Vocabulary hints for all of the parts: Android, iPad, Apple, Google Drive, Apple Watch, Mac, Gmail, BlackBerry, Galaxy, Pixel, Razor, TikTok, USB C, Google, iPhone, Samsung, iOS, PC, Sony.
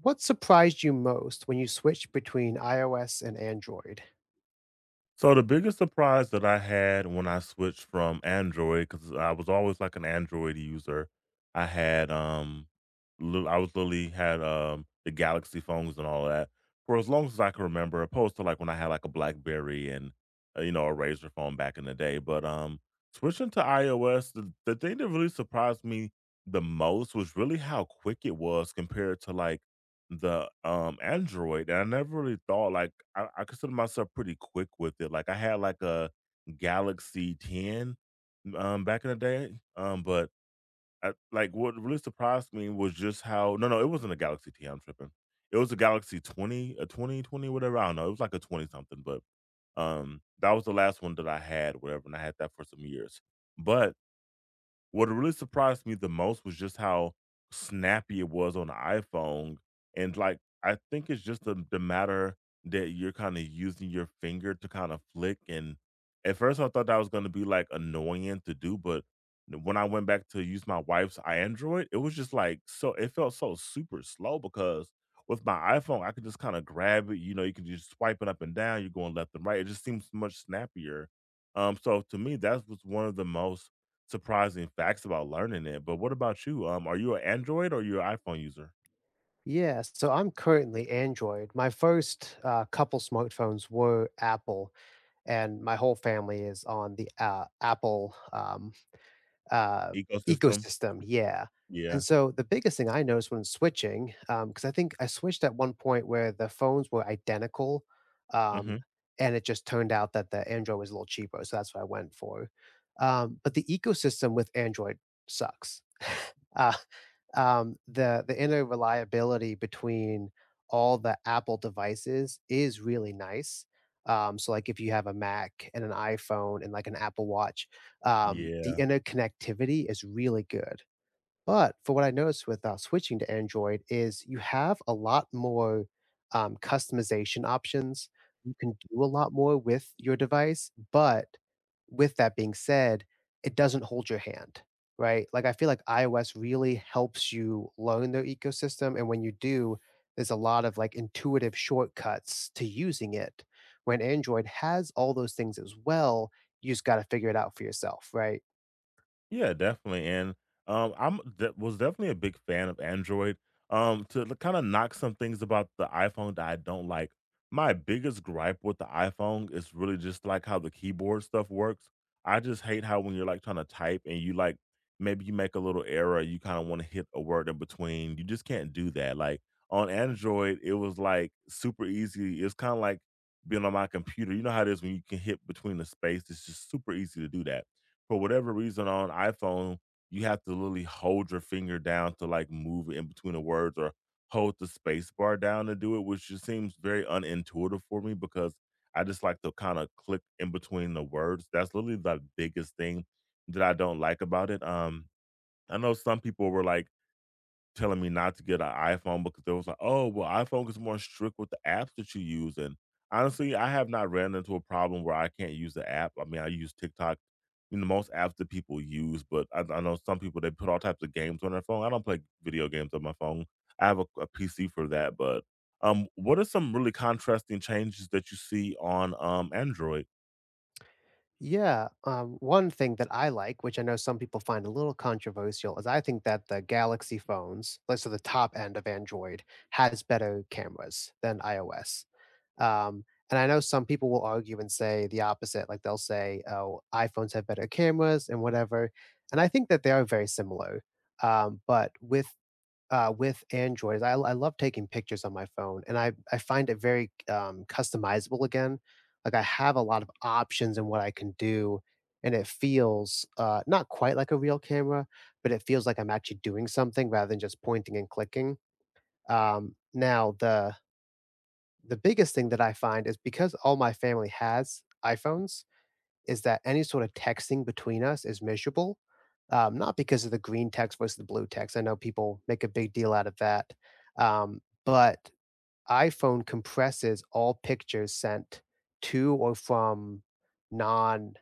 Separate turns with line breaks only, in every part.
What surprised you most when you switched between iOS and Android?
So the biggest surprise that I had when I switched from Android, because I was always like an Android user, I had I was literally had the Galaxy phones and all that for as long as I can remember, opposed to like when I had like a BlackBerry and a Razor phone back in the day. But switching to iOS, the thing that really surprised me the most was really how quick it was compared to like the Android, and I never really thought like I consider myself pretty quick with it, like, I had, like, a Galaxy 10, back in the day, but what really surprised me was just how no, no, it wasn't a Galaxy 10, I'm tripping. It was a Galaxy 20, a 2020 whatever, I don't know, it was like a 20 something, but, that was the last one that I had, whatever, and I had that for some years, but what really surprised me the most was just how snappy it was on the iPhone, and, like, I think it's just the matter that you're kinda using your finger to kinda flick, and at first I thought that was gonna be, like, annoying to do, but when I went back to use my wife's Android, it was just, like, so it felt so super slow because with my iPhone, I could just kinda grab it, you can just swipe it up and down, you're going left and right, it just seems much snappier. So to me, that was one of the most surprising facts about learning it, but what about you? Are you an Android or you're iPhone user?
Yeah, so I'm currently Android. My first couple smartphones were Apple, and my whole family is on the Apple Uh,
Ecosystem?
ecosystem, yeah. And
Yeah.
so the biggest thing I noticed when switching, because I think I switched at one point where the phones were identical. um,
Mhm.
and it just turned out that the Android was a little cheaper, so that's what I went for. But the ecosystem with Android sucks. The inner reliability between all the Apple devices is really nice. So, like, if you have a Mac and an iPhone and like an Apple Watch, the
Yeah.
interconnectivity is really good. But for what I noticed with, switching to Android is you have a lot more, customization options. You can do a lot more with your device, but with that being said, it doesn't hold your hand, right? Like, I feel like iOS really helps you learn their ecosystem, and when you do, there's a lot of, like, intuitive shortcuts to using it. When Android has all those things as well, you just gotta figure it out for yourself, right?
Yeah, definitely, and, I'm de was definitely a big fan of Android. To kinda knock some things about the iPhone that I don't like, my biggest gripe with the iPhone is really just, like, how the keyboard stuff works. I just hate how when you're, like, trying to type and you, like maybe you make a little error, you kinda wanna hit a word in between, you just can't do that, like, on Android, it was, like, super easy, it's kinda like being on my computer, you know how it is when you can hit between the space, it's just super easy to do that for whatever reason on iPhone, you have to literally hold your finger down to like move in between the words or hold the space bar down to do it, which just seems very unintuitive for me because I just like to kind of click in between the words. That's literally the biggest thing that I don't like about it. I know some people were like, telling me not to get an iPhone because they was like, "Oh, well, iPhone is more strict with the apps that you use." And honestly, I have not ran into a problem where I can't use the app. I mean, I use TikTok, most apps that people use, but I know some people they put all types of games on their phone. I don't play video games on my phone. I have a, PC for that, but what are some really contrasting changes that you see on Android?
Yeah, one thing that I like, which I know some people find a little controversial, is I think that the Galaxy phones, like so the top end of Android, has better cameras than iOS. Um, and I know some people will argue and say the opposite, like they'll say, "Oh, iPhones have better cameras and whatever." And I think that they are very similar. But with with Android is I love taking pictures on my phone, and I find it very, customizable again. Like, I have a lot of options in what I can do, and it feels, not quite like a real camera, but it feels like I'm actually doing something rather than just pointing and clicking. Now the biggest thing that I find is because all my family has iPhones, is that any sort of texting between us is miserable, not because of the green text versus the blue text. I know people make a big deal out of that, but iPhone compresses all pictures sent to or from non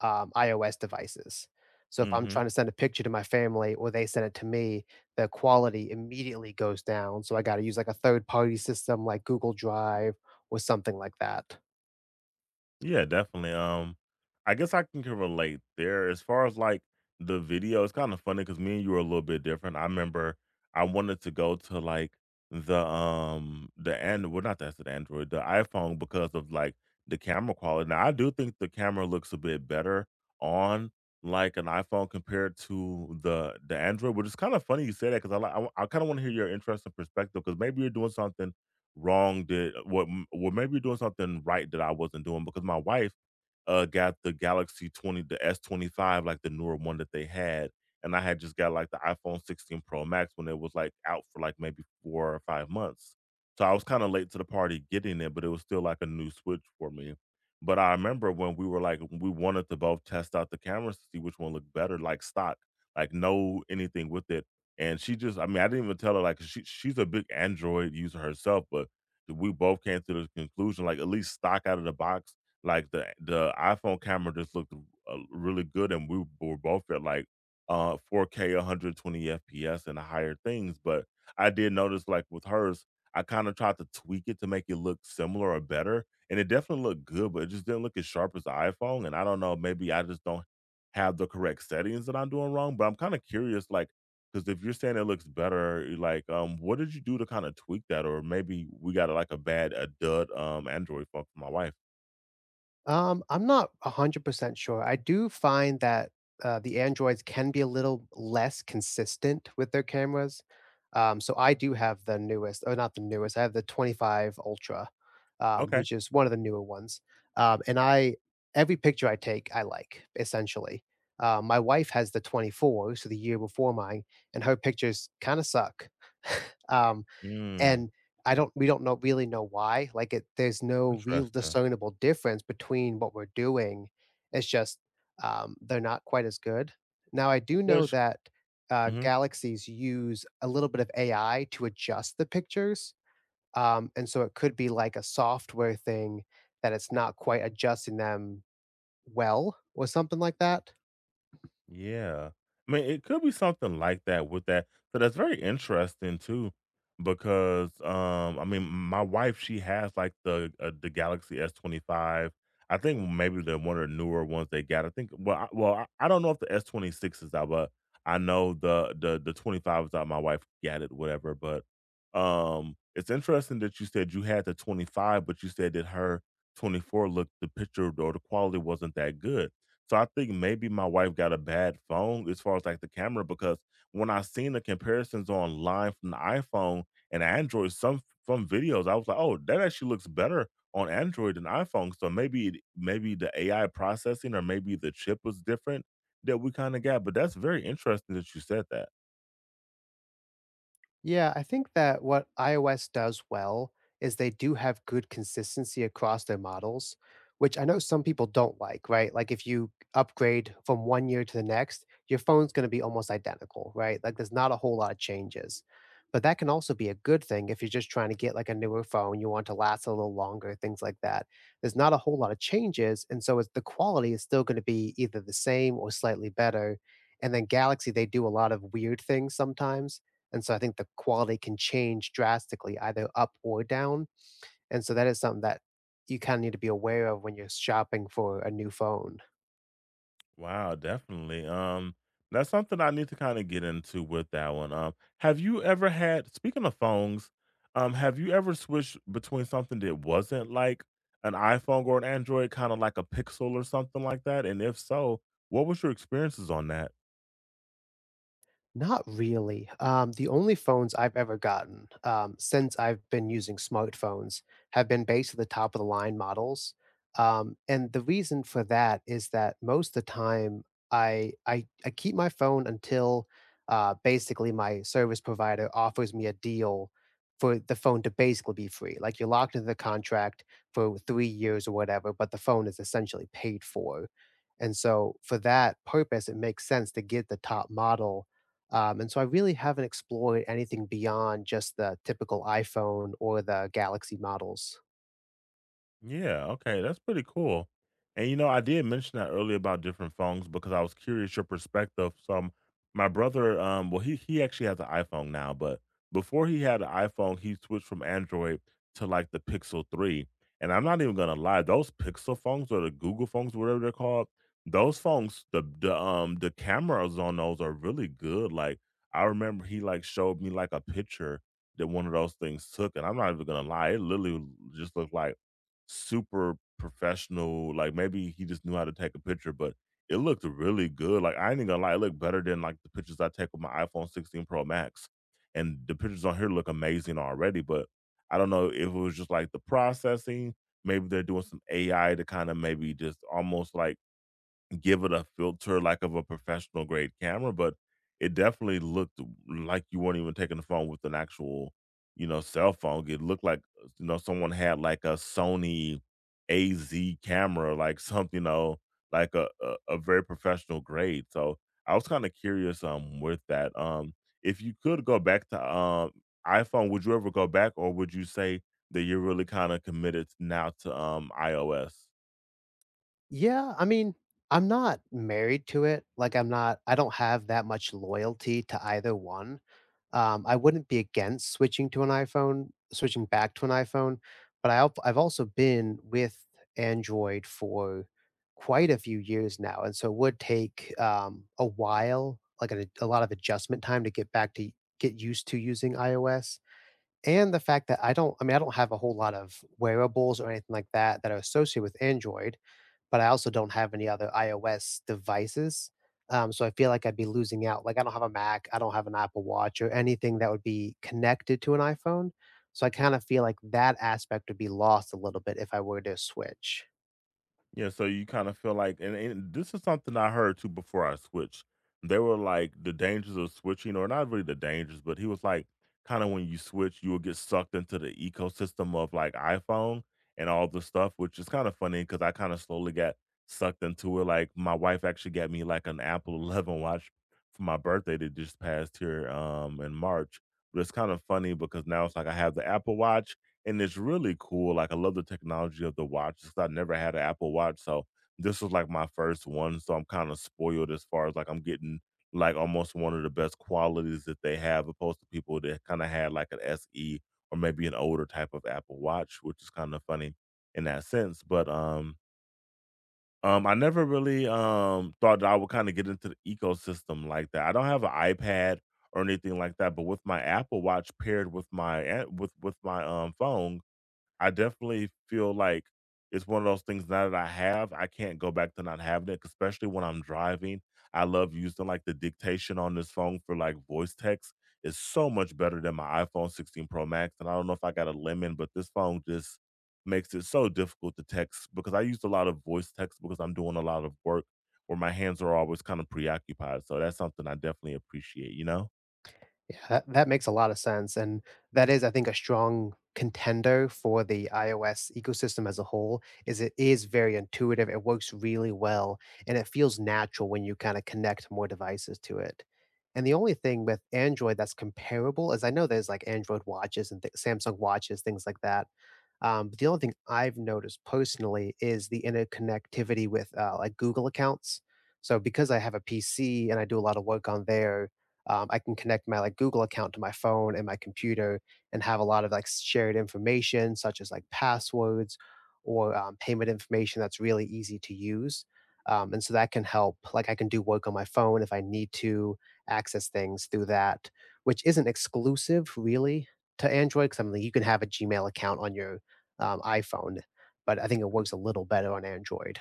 iOS devices. So if I'm
Hmm.
trying to send a picture to my family or they send it to me, the quality immediately goes down. So I got to use like a third party system like Google Drive or something like that.
Yeah, definitely. I guess I can relate there. As far as like the video, it's kind of funny because me and you are a little bit different. I remember I wanted to go to like the and well not that's the Android, the iPhone because of like the camera quality. Now I do think the camera looks a bit better on like an iPhone compared to the Android, which is kind of funny you say that because kind of want to hear your interesting perspective because maybe you're doing something wrong did what maybe doing something right that I wasn't doing because my wife got the Galaxy 20, the S25, like the newer one that they had. And I had just got like the iPhone 16 Pro Max when it was like out for like maybe 4 or 5 months. So I was kind of late to the party getting it, but it was still like a new switch for me. But I remember when we were like, we wanted to both test out the cameras to see which one looked better, like stock, like no anything with it. And she just, I mean, I didn't even tell her, like, 'cause she's a big Android user herself, but we both came to the conclusion, like, at least stock out of the box like, the iPhone camera just looked really good, and we were both at, like, 4K, 120 FPS and higher things, but I did notice, like, with hers, I kinda tried to tweak it to make it look similar or better, and it definitely looked good, but it just didn't look as sharp as the iPhone, and I don't know, maybe I just don't have the correct settings that I'm doing wrong, but I'm kinda curious, like, because if you're saying it looks better, like, what did you do to kinda tweak that? Or maybe we got, a, like, a dud, Android phone for my wife.
I'm not 100% sure. I do find that the Androids can be a little less consistent with their cameras. So I do have the newest, or not the newest, I have the 25 Ultra,
Okay.
which is one of the newer ones. Um, and I, every picture I take, I like essentially. My wife has the 24, so the year before mine, and her pictures kind of suck. um,
Mm,
and I don't we don't know really know why, like, it there's no real
interesting.
discernible difference between what we're doing. It's just, they're not quite as good. Now I do know
Which.
that,
Mhm.
galaxies use a little bit of AI to adjust the pictures, and so it could be like a software thing that it's not quite adjusting them well or something like that.
Yeah. I mean, it could be something like that with that. So that's very interesting too, because I mean, my wife she has like the Galaxy S 25. I think maybe the one of the newer ones they got. I think well, I don't know if the S 26 is out, but I know the 25 is out. My wife got it, whatever. But it's interesting that you said you had the 25, but you said that her 24 looked the picture or the quality wasn't that good so I think maybe my wife got a bad phone as far as like the camera because when I seen the comparisons online from the iPhone and Android, some videos, I was like, oh, that actually looks better on Android than iPhone. So maybe it, maybe the AI processing or maybe the chip was different that we kind of got. But that's very interesting that you said that.
Yeah, I think that what iOS does well is they do have good consistency across their models, which I know some people don't like, right? Like if you upgrade from one year to the next, your phone's going to be almost identical, right? Like there's not a whole lot of changes. But that can also be a good thing if you're just trying to get like a newer phone, you want to last a little longer, things like that. There's not a whole lot of changes, and so it's, the quality is still going to be either the same or slightly better. And then Galaxy, they do a lot of weird things sometimes and so I think the quality can change drastically, either up or down. And so that is something that you kind of need to be aware of when you're shopping for a new phone.
Wow, definitely. That's something I need to kind of get into with that one. Have you ever had, speaking of phones, have you ever switched between something that wasn't like an iPhone or an Android, kind of like a Pixel or something like that? And if so, what was your experiences on that?
Not really. The only phones I've ever gotten, since I've been using smartphones have been basically the top of the line models. And the reason for that is that most of the time I keep my phone until basically my service provider offers me a deal for the phone to basically be free. Like you're locked into the contract for 3 years or whatever, but the phone is essentially paid for. And so for that purpose, it makes sense to get the top model and so I really haven't explored anything beyond just the typical iPhone or the Galaxy models.
Yeah, okay, that's pretty cool. I did mention that earlier about different phones because I was curious your perspective. So my brother, well, he actually has an iPhone now, but before he had an iPhone, he switched from Android to like the Pixel 3. And I'm not even gonna lie, those Pixel phones or the Google phones, whatever they're called, those phones, the cameras on those are really good. Like I remember he like showed me like a picture that one of those things took, and I'm not even gonna lie, it literally just looked like super professional. Like maybe he just knew how to take a picture, but it looked really good. Like I ain't even gonna lie, it looked better than like the pictures I take with my iPhone 16 Pro Max. And the pictures on here look amazing already, but I don't know if it was just like the processing. Maybe they're doing some AI to kind of maybe just almost like give it a filter like of a professional grade camera, but it definitely looked like you weren't even taking the phone with an actual, cell phone. It looked like, someone had like a Sony AZ camera, like something, like a very professional grade. So I was kind of curious with that. If you could go back to iPhone, would you ever go back or would you say that you're really kind of committed now to iOS?
Yeah, I mean, I'm not married to it. Like, I don't have that much loyalty to either one. I wouldn't be against switching to an iPhone, switching back to an iPhone, but I've also been with Android for quite a few years now. And so it would take a while, like a lot of adjustment time to get used to using iOS. And the fact that I don't have a whole lot of wearables or anything like that that are associated with Android, but I also don't have any other iOS devices. So I feel like I'd be losing out. Like I don't have a Mac, I don't have an Apple Watch or anything that would be connected to an iPhone. So I kind of feel like that aspect would be lost a little bit if I were to switch.
Yeah, so you kinda feel like and this is something I heard too before I switched. They were like, the dangers of switching, or not really the dangers, but he was like, kinda when you switch, you will get sucked into the ecosystem of like iPhone and all the stuff, which is kinda funny because I kinda slowly got sucked into it. Like, my wife actually got me like an Apple 11 watch for my birthday that just passed here, in March. But it's kind of funny because now it's like I have the Apple Watch and it's really cool. Like I love the technology of the watch because I never had an Apple Watch, so this was like my first one. So I'm kind of spoiled as far as like I'm getting like almost one of the best qualities that they have, opposed to people that kind of had like an SE or maybe an older type of Apple Watch, which is kind of funny in that sense. But I never really thought that I would kind of get into the ecosystem like that. I don't have an iPad or anything like that, but with my Apple Watch paired with my phone I definitely feel like it's one of those things now that I have, I can't go back to not having it, 'cause especially when I'm driving. I love using like the dictation on this phone for like voice text. It's so much better than my iPhone 16 Pro Max. And I don't know if I got a lemon, but this phone just makes it so difficult to text because I use a lot of voice text because I'm doing a lot of work where my hands are always kind of preoccupied. So that's something I definitely appreciate, you know?
Yeah, that makes a lot of sense, and that is, I think, a strong contender for the iOS ecosystem as a whole, is it is very intuitive, it works really well, and it feels natural when you kinda connect more devices to it. And the only thing with Android that's comparable is I know there's, like, Android watches and Samsung watches, things like that, but the only thing I've noticed personally is the interconnectivity with like Google accounts. So because I have a PC and I do a lot of work on there, I can connect my like Google account to my phone and my computer and have a lot of like shared information such as like passwords or payment information that's really easy to use. And so that can help. Like I can do work on my phone if I need to access things through that, which isn't exclusive really to Android. Because I mean, you can have a Gmail account on your iPhone, but I think it works a little better on Android.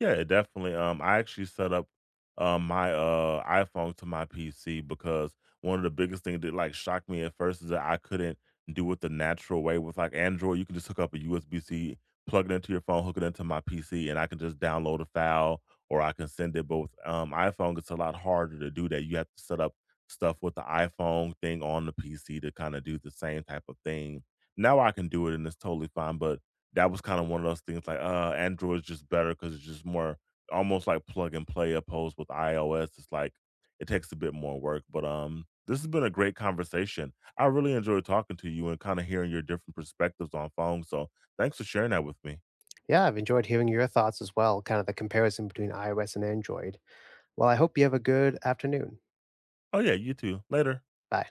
Yeah, definitely. I actually set up my iPhone to my PC because one of the biggest things that like shocked me at first is that I couldn't do it the natural way with like Android. You can just hook up a USB C, plug it into your phone, hook it into my PC, and I can just download a file or I can send it. But with iPhone, it's a lot harder to do that. You have to set up stuff with the iPhone thing on the PC to kind of do the same type of thing. Now I can do it and it's totally fine. But that was kinda one of those things, like, Android's just better because it's just more almost like plug and play opposed with iOS, it's like, it takes a bit more work, but, this has been a great conversation. I really enjoyed talking to you and kinda hearing your different perspectives on phones, so thanks for sharing that with me.
Yeah, I've enjoyed hearing your thoughts as well, kind of the comparison between iOS and Android. Well, I hope you have a good afternoon.
Oh, yeah, you too. Later.
Bye.